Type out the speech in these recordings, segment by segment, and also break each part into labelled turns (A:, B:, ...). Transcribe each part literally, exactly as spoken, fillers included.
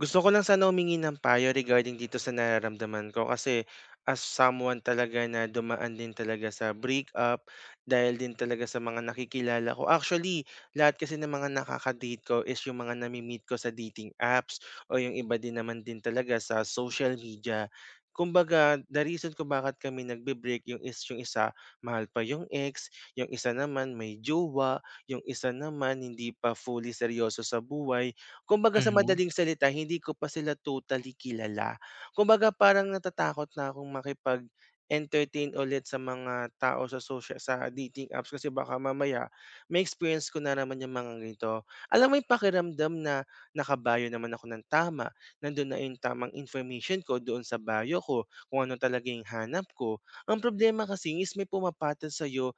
A: Gusto ko lang sana humingi ng payo regarding dito sa nararamdaman ko kasi as someone talaga na dumaan din talaga sa breakup dahil din talaga sa mga nakikilala ko. Actually, lahat kasi ng mga nakaka-date ko is yung mga nami-meet ko sa dating apps o yung iba din naman din talaga sa social media. Kumbaga, the reason ko bakit kami nagbe-break yung is yung isa, mahal pa yung ex, yung isa naman may jowa, yung isa naman hindi pa fully seryoso sa buhay. Kumbaga sa
B: Mhm,
A: madaling salita hindi ko pa sila totally kilala. Kumbaga parang natatakot na akong makipag-entertain ulit sa mga tao sa social sa dating apps kasi baka mamaya ma-experience ko na naman yung mga ganito. Alam mo yung pakiramdam na nakabayo naman ako ng tama, nandun na yung tamang information ko doon sa bio ko, kung ano talaga yung hanap ko. Ang problema kasi is may pumapatol sa'yo.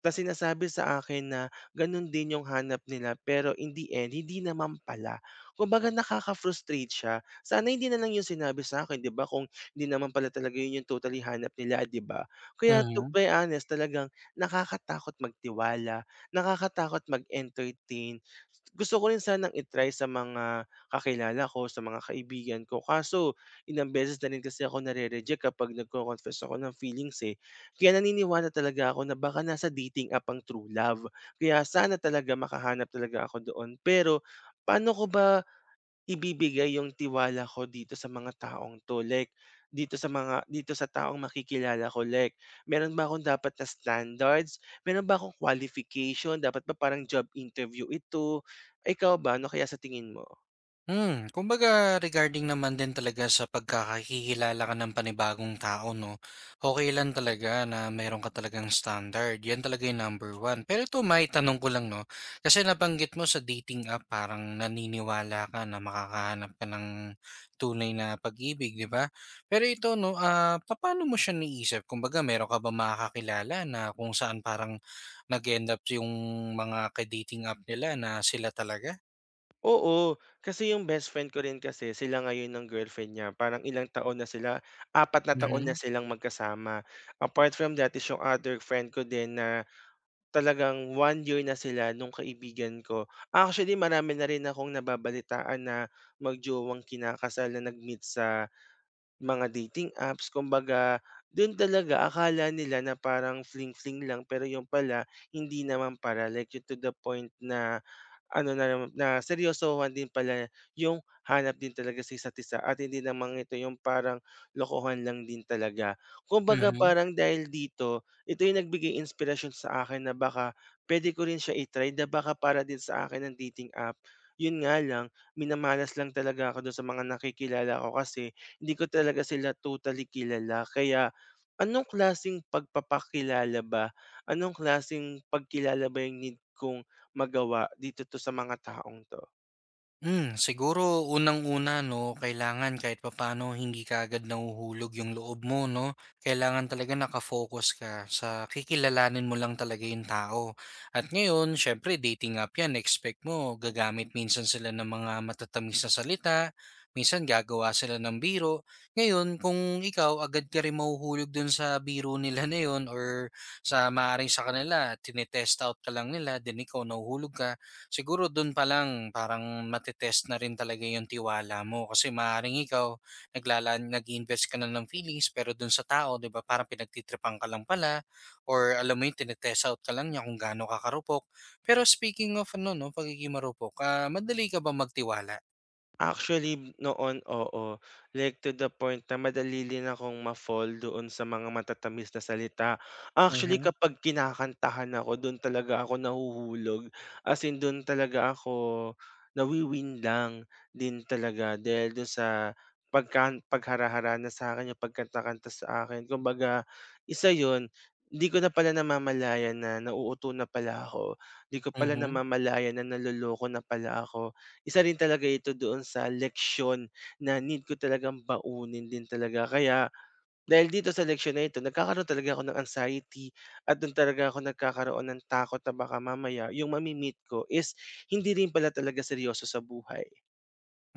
A: Tas sinasabi sa akin na ganun din yung hanap nila pero in the end hindi naman pala. Kumbaga nakaka-frustrate siya. Sana hindi na lang yung sinabi sa akin 'di ba kung hindi naman pala talaga yun yung totally hanap nila, 'di ba? Kaya to
B: mhm.
A: be honest talagang nakakatakot magtiwala, nakakatakot mag-entertain, gusto ko rin sanang i-try sa mga kakilala ko, sa mga kaibigan ko. Kaso ilang beses na rin kasi ako nare-reject kapag nagko-confess ako ng feelings eh. Kaya naniniwala talaga ako na baka nasa dating app ang true love. Kaya sana talaga makahanap talaga ako doon. Pero paano ko ba ibibigay yung tiwala ko dito sa mga taong 'to, like dito sa mga dito sa taong makikilala ko, like meron ba akong dapat na standards? Meron ba akong qualification? Dapat ba parang job interview ito? Ikaw ba, ano kaya sa tingin mo?
B: Hmm, kumbaga regarding naman din talaga sa pagkakakilala ka ng panibagong tao 'no, okay lang talaga na meron ka talagang standard, 'yan talaga yung number one. Pero ito may tanong ko lang 'no, kasi nabanggit mo sa dating app parang naniniwala ka na makakahanap ka ng tunay na pag-ibig, 'di ba? Pero ito 'no, ah, paano mo siya naisip? Kumbaga meron ka ba makakakilala na kung saan parang nag end up yung mga ka-dating app nila na sila talaga?
A: Oo, kasi yung best friend ko rin kasi sila ngayon ng girlfriend niya, parang ilang taon na sila, apat na taon na
B: Mhm,
A: silang magkasama. Apart from that is yung other friend ko din na talagang one year na sila nung kaibigan ko. Actually, marami na rin akong nababalitaan na mag-jowang kinakasal na nag-meet sa mga dating apps. Kumbaga, dun talaga akala nila na parang fling-fling lang pero yung pala hindi naman. Para like, yun to the point na ano na naman na seryosohan din pala yung hanap din talaga sa isa't isa at hindi naman ito yung parang lokohan lang din talaga. Kumbaga
B: mhm.
A: parang dahil dito, ito yung nagbigay inspirasyon sa akin na baka puwede ko rin siya i na baka para din sa akin ang dating app. Yun nga lang, minamalas lang talaga ako dun sa mga nakikilala ko kasi hindi ko talaga sila totally kilala kaya anong klaseng pagpapakilala ba, anong klaseng pagkilala ba yung need kong magawa dito 'to sa mga taong 'to.
B: Hmm, siguro unang-una 'no, kailangan kahit papaano hindi kaagad nahuhulog yung loob mo 'no. Kailangan talaga nakafocus ka sa kikilalanin mo lang talaga yung tao. At ngayon siyempre dating app 'yan, expect mo gagamit minsan sila ng mga matatamis na salita, minsan gagawa sila ng biro. Ngayon kung ikaw agad ka rin mahuhulog dun sa biro nila na yun, or sa maaaring sa kanila tinetest out ka lang nila, then ikaw nahuhulog ka. Siguro dun pa lang parang matetest test na rin talaga yung tiwala mo kasi maaaring ikaw naglalaan nag-iinvest ka na ng feelings pero dun sa tao 'di ba parang pinagtitripan ka lang pala, or alam mo yun tine-test out ka lang niya kung gaano ka karupok. Pero speaking of ano 'no, pagiging marupok, ah, madali ka ba magtiwala?
A: Actually noon, oo. Like to the point na madali din akong ma-fall doon sa mga matatamis na salita. Actually
B: Mhm,
A: kapag kinakantahan ako doon talaga ako nahuhulog, as in doon talaga ako nawiwin lang din talaga dahil do'n sa pagkan paghara-hara na sa akin yung pagkanta-kanta sa akin. Kumbaga isa yon hindi ko na pala namamalayan na nauuto na pala ako, 'di ko pala
B: mhm.
A: namamalayan na naloloko na pala ako. Isa rin talaga ito doon sa leksiyon na need ko talagang baunin din talaga. Kaya dahil dito sa leksiyon na ito, nagkakaroon talaga ako ng anxiety at do'n talaga ako nagkakaroon ng takot na baka mamaya yung mami-meet ko is hindi rin pala talaga seryoso sa buhay.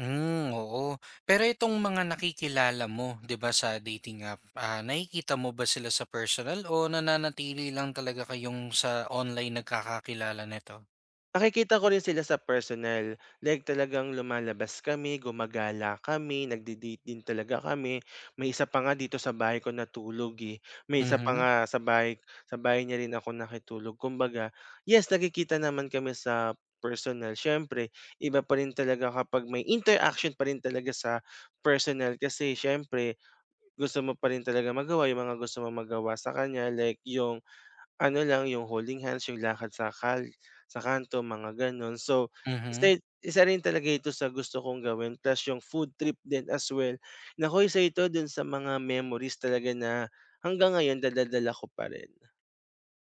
B: Hmm, oo. Pero itong mga nakikilala mo, 'di ba, sa dating app, ah, nakikita mo ba sila sa personal o nananatili lang talaga kayong sa online nagkakakilala nito?
A: Nakikita ko rin sila sa personal, like talagang lumalabas kami, gumagala kami, nagde-date din talaga kami. May isa pa nga dito sa bahay ko natulog, eh, may isa pa
B: Mhm,
A: nga sa bahay sa bahay niya rin ako nakitulog. Kumbaga, yes, nakikita naman kami sa personal. Siyempre, iba pa rin talaga kapag may interaction pa rin talaga sa personal kasi siyempre gusto mo pa rin talaga magawa yung mga gusto mo magawa sa kanya, like yung ano lang yung holding hands, yung lakad sa kal sa kanto, mga gano'n. So,
B: mhm.
A: isa isa rin talaga ito sa gusto kong gawin plus yung food trip din as well. Naku, isa ito dun sa mga memories talaga na hanggang ngayon dala ko pa rin.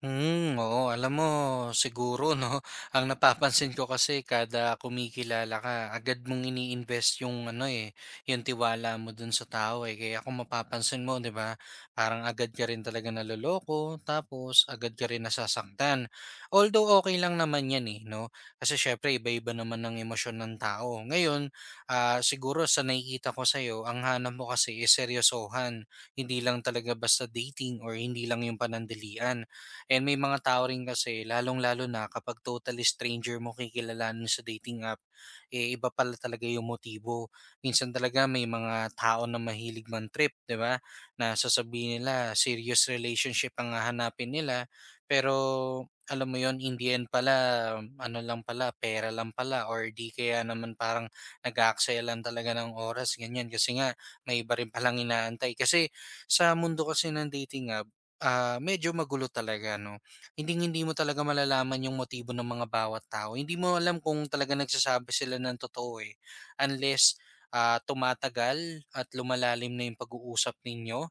B: Hmm, oo. Alam mo siguro 'no, ang napapansin ko kasi kada kumikilala ka agad mong ini-invest yung ano, eh, yung tiwala mo dun sa tao, eh. Kaya kung mapapansin mo 'di ba, parang agad ka rin talaga naloloko tapos agad ka rin nasasaktan. Although okay lang naman 'yan, eh, 'no, kasi syempre iba-iba naman ang emosyon ng tao. Ngayon, ah, siguro sa nakikita ko sa'yo ang hanap mo kasi is seryosohan, hindi lang talaga basta dating or hindi lang yung panandalian. And may mga tao rin kasi lalong-lalo na kapag totally stranger mo kikilalanin sa dating app, eh, iba pala talaga yung motibo. Minsan talaga may mga tao na mahilig man trip, 'di ba? Na sasabihin nila serious relationship ang hahanapin nila, pero alam mo yon in the end pala ano lang pala pera lang pala, or di kaya naman parang nag-aaksaya lang talaga ng oras ganyan kasi nga may iba rin palang inaantay kasi sa mundo kasi ng dating app. Ah, medyo magulo talaga 'no. hindi hindi mo talaga malalaman yung motibo ng mga bawat tao. Hindi mo alam kung talaga nagsasabi sila ng totoo, eh, unless, ah, tumatagal at lumalalim na yung pag-uusap ninyo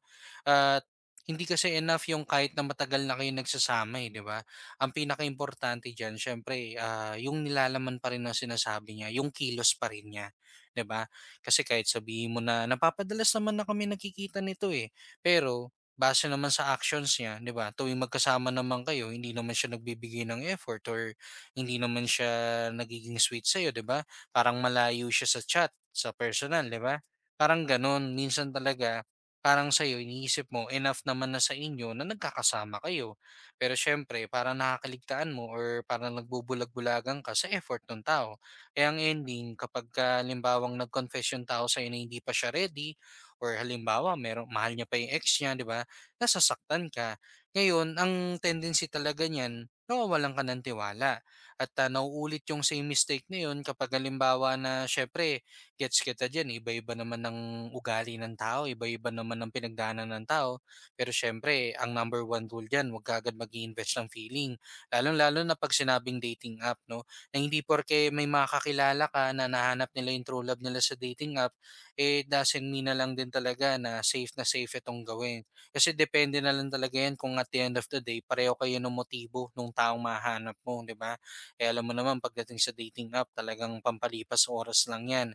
B: at hindi kasi enough yung kahit na matagal na kayo nagsasama, eh, 'di ba? Ang pinakaimportante diyan siyempre, ah, yung nilalaman pa rin ng sinasabi niya, yung kilos pa rin niya, 'di ba? Kasi kahit sabihin mo na, "Napapadalas naman na kami nagkikita nito, eh." Pero base naman sa actions niya, 'di ba, tuwing magkasama naman kayo hindi naman siya nagbibigay ng effort, or hindi naman siya nagiging sweet sa'yo, 'di ba? Parang malayo siya sa chat, sa personal, 'di ba? Parang gano'n. Minsan talaga parang sa'yo iniisip mo enough naman na sa inyo na nagkakasama kayo. Pero siyempre parang nakakaligtaan mo or parang nagbubulag-bulagan ka sa effort ng tao. Kaya ang ending kapagka halimbawang nag-confess yung tao sa'yo na hindi pa siya ready, or halimbawa merong mahal niya pa yung ex niya, 'di ba? Nasasaktan ka. Ngayon, ang tendency talaga niyan, nawawalan ka ng tiwala. At ah, nauulit yung same mistake na yun kapag halimbawa na syempre, gets kita dyan, iba-iba naman ng ugali ng tao, iba-iba naman ng pinagdaanan ng tao. Pero syempre, ang number one rule dyan, huwag ka agad mag invest ng feeling. Lalong-lalo na pag sinabing dating app, no? Na hindi porke may makakilala ka na nahanap nila yung true love nila sa dating app, eh doesn't mean na lang din talaga na safe na safe itong gawin. Kasi depende na lang talaga yan kung at the end of the day, pareho kayo ng motibo nung taong mahanap mo, di ba? Eh alam mo naman, pagdating sa dating app, talagang pampalipas oras lang yan.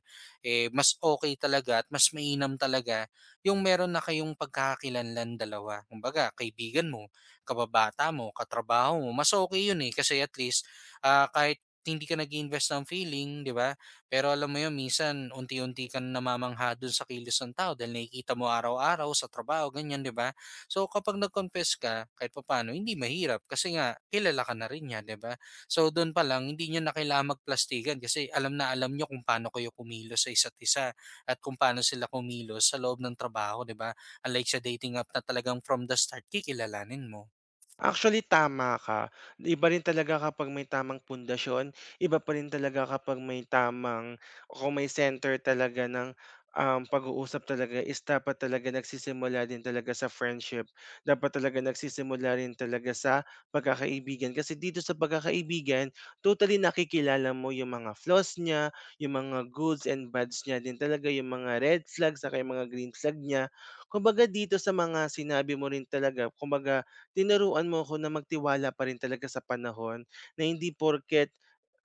B: Eh, mas okay talaga at mas mainam talaga yung meron na kayong pagkakakilanlan dalawa. Kumbaga, kaibigan mo, kababata mo, katrabaho mo, mas okay yun eh. Kasi at least, ah, kahit hindi ka nag-invest ng feeling, di ba? Pero alam mo yun, minsan unti-unti ka namamangha dun sa kilos ng tao dahil nakikita mo araw-araw sa trabaho, ganyan, di ba? So kapag nag-confess ka, kahit papaano, hindi mahirap kasi nga kilala ka na rin niya, 'di ba? So doon pa lang hindi niyo na kailangan magplastikan kasi alam na alam niyo kung paano kayo kumilos sa isa't isa at kung paano sila kumilos sa loob ng trabaho, 'di ba? Unlike sa dating app na talagang from the start kikilalanin mo.
A: Actually, tama ka. Iba rin talaga kapag may tamang pundasyon, iba pa rin talaga kapag may tamang o kung may center talaga ng, um, pag-uusap talaga is dapat talaga nagsisimula din talaga sa friendship. Dapat talaga nagsisimula rin talaga sa pagkakaibigan. Kasi dito sa pagkakaibigan, totally nakikilala mo yung mga flaws niya, yung mga goods and bads niya din talaga, yung mga red flags saka yung mga green flag niya. Kumbaga dito sa mga sinabi mo rin talaga, kumbaga tinuruan mo ako na magtiwala pa rin talaga sa panahon na hindi porket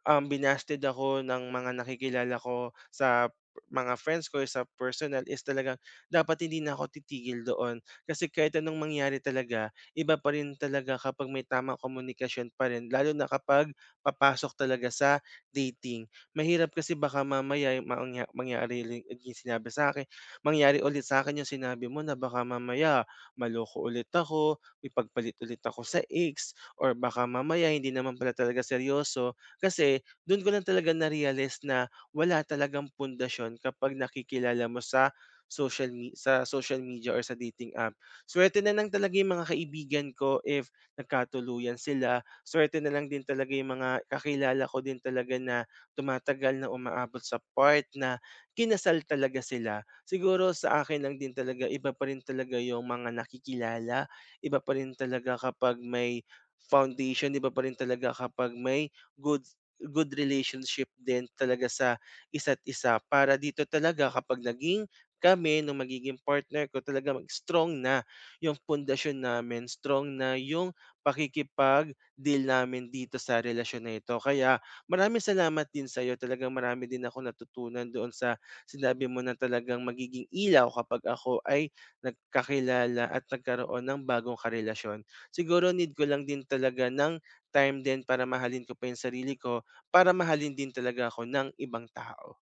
A: um, binasted ako ng mga nakikilala ko sa mga friends ko, sa personal is talagang dapat hindi na ako titigil doon. Kasi kahit anong mangyari talaga, iba pa rin talaga kapag may tamang komunikasyon pa rin. Lalo na kapag papasok talaga sa dating. Mahirap kasi baka mamaya yung mangya- mangyari li- yung sinabi sa akin, mangyari ulit sa akin yung sinabi mo na baka mamaya maloko ulit ako, may pagpalit ulit ako sa ex, or baka mamaya hindi naman pala talaga seryoso kasi dun ko lang talaga na-realize na wala talagang pundasyon kapag nakikilala mo sa social me sa social media or sa dating app. Swerte na lang talaga yung mga kaibigan ko if nagkatuluyan sila. Swerte na lang din talaga yung mga kakilala ko din talaga na tumatagal na umaabot sa part na kinasal talaga sila. Siguro sa akin lang din talaga, iba pa rin talaga yung mga nakikilala. Iba pa rin talaga kapag may foundation, iba pa rin talaga kapag may good good relationship din talaga sa isa't isa para dito talaga kapag naging kami nung magiging partner ko talaga mag strong na yung pundasyon namin, strong na yung pakikipag-deal namin dito sa relasyon na ito. Kaya maraming salamat din sa'yo. Talagang marami din ako natutunan doon sa sinabi mo na talagang magiging ilaw kapag ako ay nagkakilala at nagkaroon ng bagong karelasyon. Siguro need ko lang din talaga ng time din para mahalin ko pa yung sarili ko para mahalin din talaga ako ng ibang tao.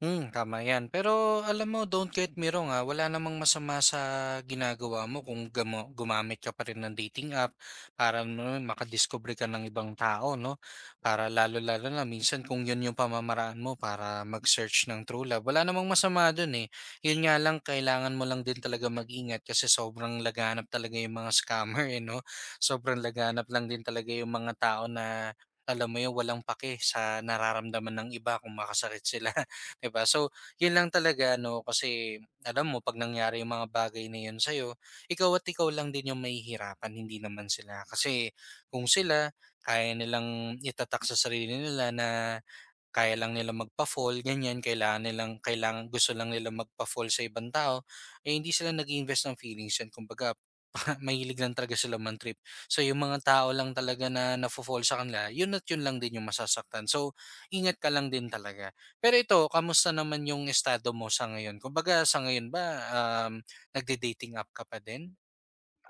B: Hmm, tama yan. Pero alam mo, don't get me wrong ha, wala namang masama sa ginagawa mo kung gamo- gumamit ka pa rin ng dating app para naman makadiscover ka ng ibang tao, no? Para lalo-lalo na minsan kung yun yung pamamaraan mo para mag-search ng true love. Wala namang masama dun eh. Yun nga lang, kailangan mo lang din talaga mag-ingat kasi sobrang laganap talaga yung mga scammer, eh, no? Sobrang laganap lang din talaga yung mga tao na alam mo yun, walang pake sa nararamdaman ng iba kung makasakit sila. 'Di ba? So, 'yun lang talaga no kasi alam mo 'pag nangyari yung mga bagay na 'yun sa ikaw at ikaw lang din yung mahihirapan, hindi naman sila. Kasi kung sila kaya nilang itatak sa sarili nila na kaya lang nila magpa-fall, ganyan, kailangan nilang kailangan gusto lang nila magpa-fall sa ibang tao, eh hindi sila nag-iinvest ng feelings yan. Kumbaga, mahilig lang talaga sila man-trip. So, yung mga tao lang talaga na nafo-fall sa kanila, yun at yun lang din yung masasaktan. So, ingat ka lang din talaga. Pero ito, kamusta naman yung estado mo sa ngayon? Kumbaga, sa ngayon ba, um, nagde-dating app ka pa din?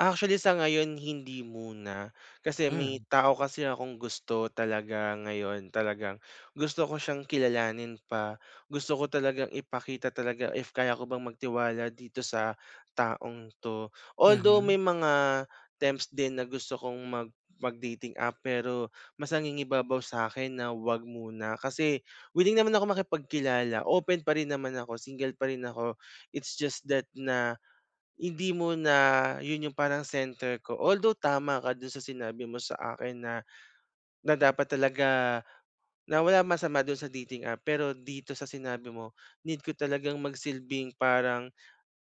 A: Actually, sa ngayon hindi muna. Kasi may
B: Hmm.
A: tao kasi akong gusto talaga ngayon, talagang gusto ko siyang kilalanin pa. Gusto ko talagang ipakita talaga if kaya ko bang magtiwala dito sa taong 'to. Although
B: Mhm.
A: may mga times din na gusto kong mag mag-dating app pero mas nangingibabaw sa akin na 'wag muna. Kasi willing naman ako makipagkilala, open pa rin naman ako, single pa rin ako. It's just that na hindi mo na yun yung parang center ko. Although tama ka dun sa sinabi mo sa akin na na dapat talaga na wala masama dun sa dating app, pero dito sa sinabi mo, need ko talagang magsilbing parang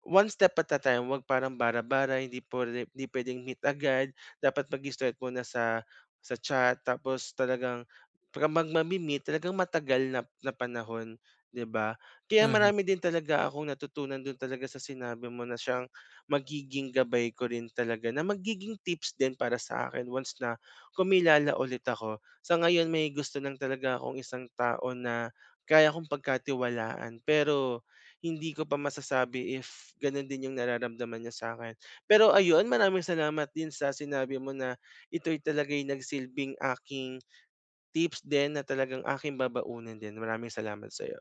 A: one step at a time, huwag parang bara-bara, hindi po, hindi pwedeng meet agad. Dapat mag-start muna sa sa chat tapos talagang pagka mag meet talagang matagal na na panahon, 'di ba? Kaya
B: Mhm.
A: marami din talaga akong natutunan dun talaga sa sinabi mo na siyang magiging gabay ko rin talaga na magiging tips din para sa akin once na kumilala ulit ako. Sa ngayon, may gusto lang talaga akong isang tao na kaya kong pagkatiwalaan pero hindi ko pa masasabi if gano'n din yung nararamdaman niya sa akin. Pero ayun, maraming salamat din sa sinabi mo na ito'y talaga'y nagsilbing aking tips din na talagang aking babaunin din. Maraming salamat sa'yo.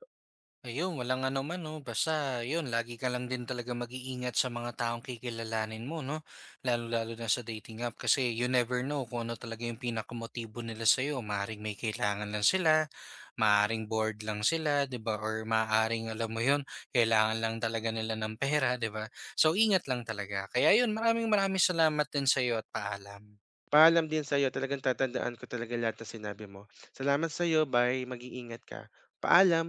B: Ayun, walang ano man 'no, basta yun lagi ka lang din talaga mag-iingat sa mga taong kikilalanin mo 'no, lalo lalo na sa dating app kasi you never know kung ano talaga yung pinakamotibo nila sa'yo. Maaaring may kailangan lang sila, maaaring bored lang sila, 'di ba, or maaaring alam mo yun, kailangan lang talaga nila ng pera, 'di ba? So, ingat lang talaga. Kaya yun, maraming maraming salamat din sa'yo at paalam.
A: Paalam din sa'yo, talagang tatandaan ko talaga lahat ng sinabi mo. Salamat sa'yo, bye. Mag-iingat ka. Paalam.